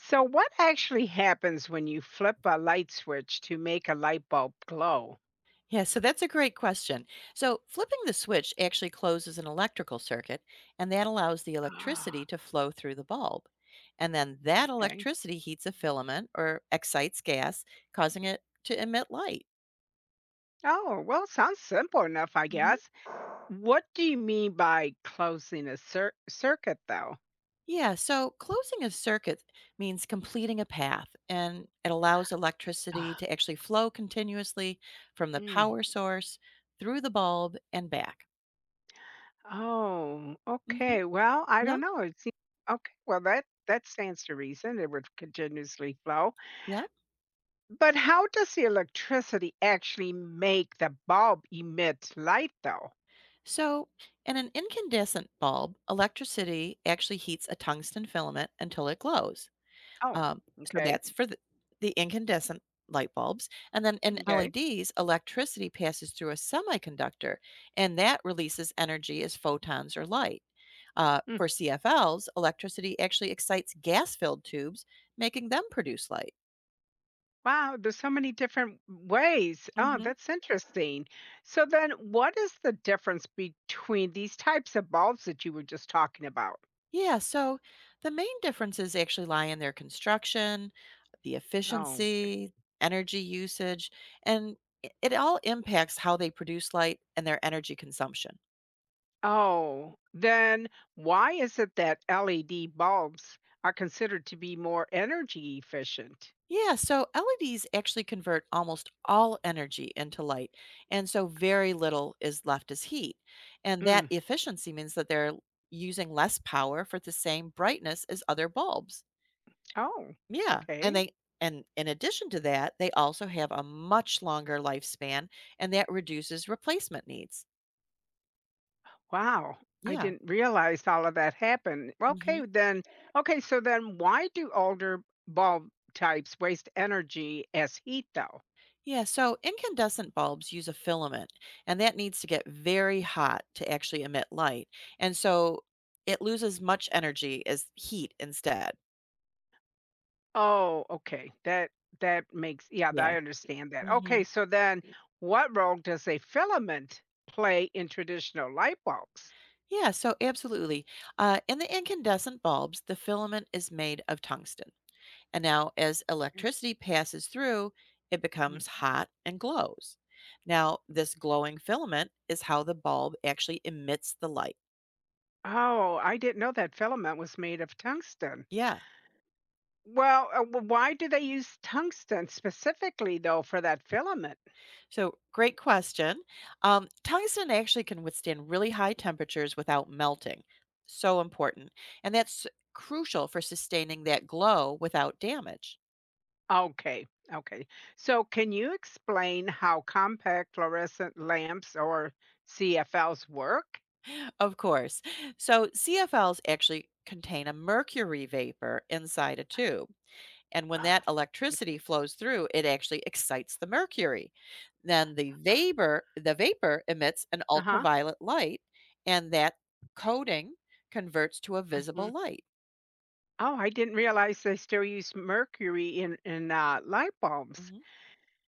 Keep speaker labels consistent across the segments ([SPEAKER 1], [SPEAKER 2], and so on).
[SPEAKER 1] So, what actually happens when you flip a light switch to make a light bulb glow?
[SPEAKER 2] Yeah, so that's a great question. So, flipping the switch actually closes an electrical circuit, and that allows the electricity
[SPEAKER 1] Ah,
[SPEAKER 2] to flow through the bulb. And then that
[SPEAKER 1] okay.
[SPEAKER 2] electricity heats a filament or excites gas, causing it to emit light.
[SPEAKER 1] Oh, well, sounds simple enough, I
[SPEAKER 2] hmm
[SPEAKER 1] guess. What do you mean by closing a circuit, though?
[SPEAKER 2] Yeah, so closing a circuit means completing a path, and it allows electricity
[SPEAKER 1] Ah,
[SPEAKER 2] to actually flow continuously from the
[SPEAKER 1] mm.
[SPEAKER 2] power source through the bulb and back.
[SPEAKER 1] Oh,
[SPEAKER 2] hmm
[SPEAKER 1] okay. Well, I don't
[SPEAKER 2] Yep.
[SPEAKER 1] know. It seems, okay. Well, that stands to reason. It would continuously flow.
[SPEAKER 2] Yep.
[SPEAKER 1] But how does the electricity actually make the bulb emit light, though?
[SPEAKER 2] So, in an incandescent bulb, electricity actually heats a tungsten filament until it glows.
[SPEAKER 1] Oh,
[SPEAKER 2] So
[SPEAKER 1] okay.
[SPEAKER 2] that's for the incandescent light bulbs. And then in
[SPEAKER 1] Okay.
[SPEAKER 2] LEDs, electricity passes through a semiconductor, and that releases energy as photons or light. For CFLs, electricity actually excites gas-filled tubes, making them produce light.
[SPEAKER 1] Wow, there's so many different ways. Oh, that's interesting. So then what is the difference between these types of bulbs that you were just talking about?
[SPEAKER 2] Yeah, so the main differences actually lie in their construction, the
[SPEAKER 1] Oh.
[SPEAKER 2] efficiency, energy usage, and it all impacts how they produce light and their energy consumption.
[SPEAKER 1] Oh, then why is it that LED bulbs are considered to be more energy efficient?
[SPEAKER 2] Yeah, so LEDs actually convert almost all energy into light, and so very little is left as heat. And that
[SPEAKER 1] Mm.
[SPEAKER 2] efficiency means that they're using less power for the same brightness as other bulbs.
[SPEAKER 1] Oh,
[SPEAKER 2] Yeah, and
[SPEAKER 1] okay.
[SPEAKER 2] they and in addition to that, they also have a much longer lifespan, and that reduces replacement needs.
[SPEAKER 1] Wow. I
[SPEAKER 2] Yeah.
[SPEAKER 1] didn't realize all of that happened. Okay,
[SPEAKER 2] Mhm.
[SPEAKER 1] then. Okay, so then why do older bulb types waste energy as heat though?
[SPEAKER 2] Yeah, so incandescent bulbs use a filament, and that needs to get very hot to actually emit light. And so it loses much energy as heat instead.
[SPEAKER 1] Oh, okay. That makes yeah,
[SPEAKER 2] Yeah.
[SPEAKER 1] I understand that. Okay,
[SPEAKER 2] Mhm.
[SPEAKER 1] so then what role does a filament play in traditional light bulbs?
[SPEAKER 2] Yeah, so absolutely. In the incandescent bulbs, the filament is made of tungsten. And now, as electricity passes through, it
[SPEAKER 1] Mm.
[SPEAKER 2] becomes hot and glows. Now, this glowing filament is how the bulb actually emits the light.
[SPEAKER 1] Oh, I didn't know that filament was made of tungsten.
[SPEAKER 2] Yeah.
[SPEAKER 1] Well, why do they use tungsten specifically though for that filament?
[SPEAKER 2] So, great question. Tungsten actually can withstand really high temperatures without melting. So important. And that's crucial for sustaining that glow without damage.
[SPEAKER 1] Okay. Okay. So can you explain how compact fluorescent lamps or CFLs work?
[SPEAKER 2] Of course. So, CFLs actually contain a mercury vapor inside a tube. And when
[SPEAKER 1] Oh.
[SPEAKER 2] that electricity flows through, it actually excites the mercury. Then the vapor emits an
[SPEAKER 1] Uh-huh.
[SPEAKER 2] ultraviolet light, and that coating converts to a visible light.
[SPEAKER 1] Oh, I didn't realize they still use mercury in light bulbs.
[SPEAKER 2] Mhm.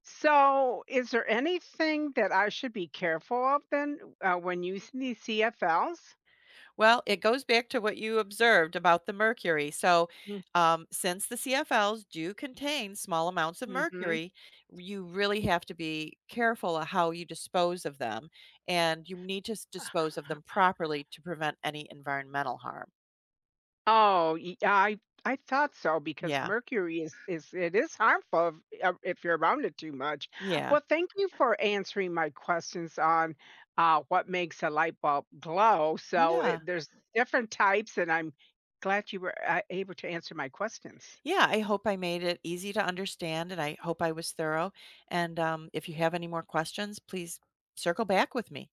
[SPEAKER 1] So, is there anything that I should be careful of then, when using these CFLs?
[SPEAKER 2] Well, it goes back to what you observed about the mercury. So,
[SPEAKER 1] Mm,
[SPEAKER 2] since the CFLs do contain small amounts of
[SPEAKER 1] mhm.
[SPEAKER 2] mercury, you really have to be careful of how you dispose of them, and you need to dispose of them properly to prevent any environmental harm.
[SPEAKER 1] Oh, y I thought so because
[SPEAKER 2] Yeah.
[SPEAKER 1] mercury is it is harmful if you're around it too much.
[SPEAKER 2] Yeah.
[SPEAKER 1] Well, thank you for answering my questions on, what makes a light bulb glow. So, it
[SPEAKER 2] Yeah.
[SPEAKER 1] there's different types, and I'm glad you were, able to answer my questions.
[SPEAKER 2] Yeah, I hope I made it easy to understand, and I hope I was thorough, and, if you have any more questions, please circle back with me.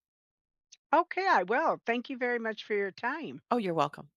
[SPEAKER 1] Okay, I will. Thank you very much for your time.
[SPEAKER 2] Oh, you're welcome.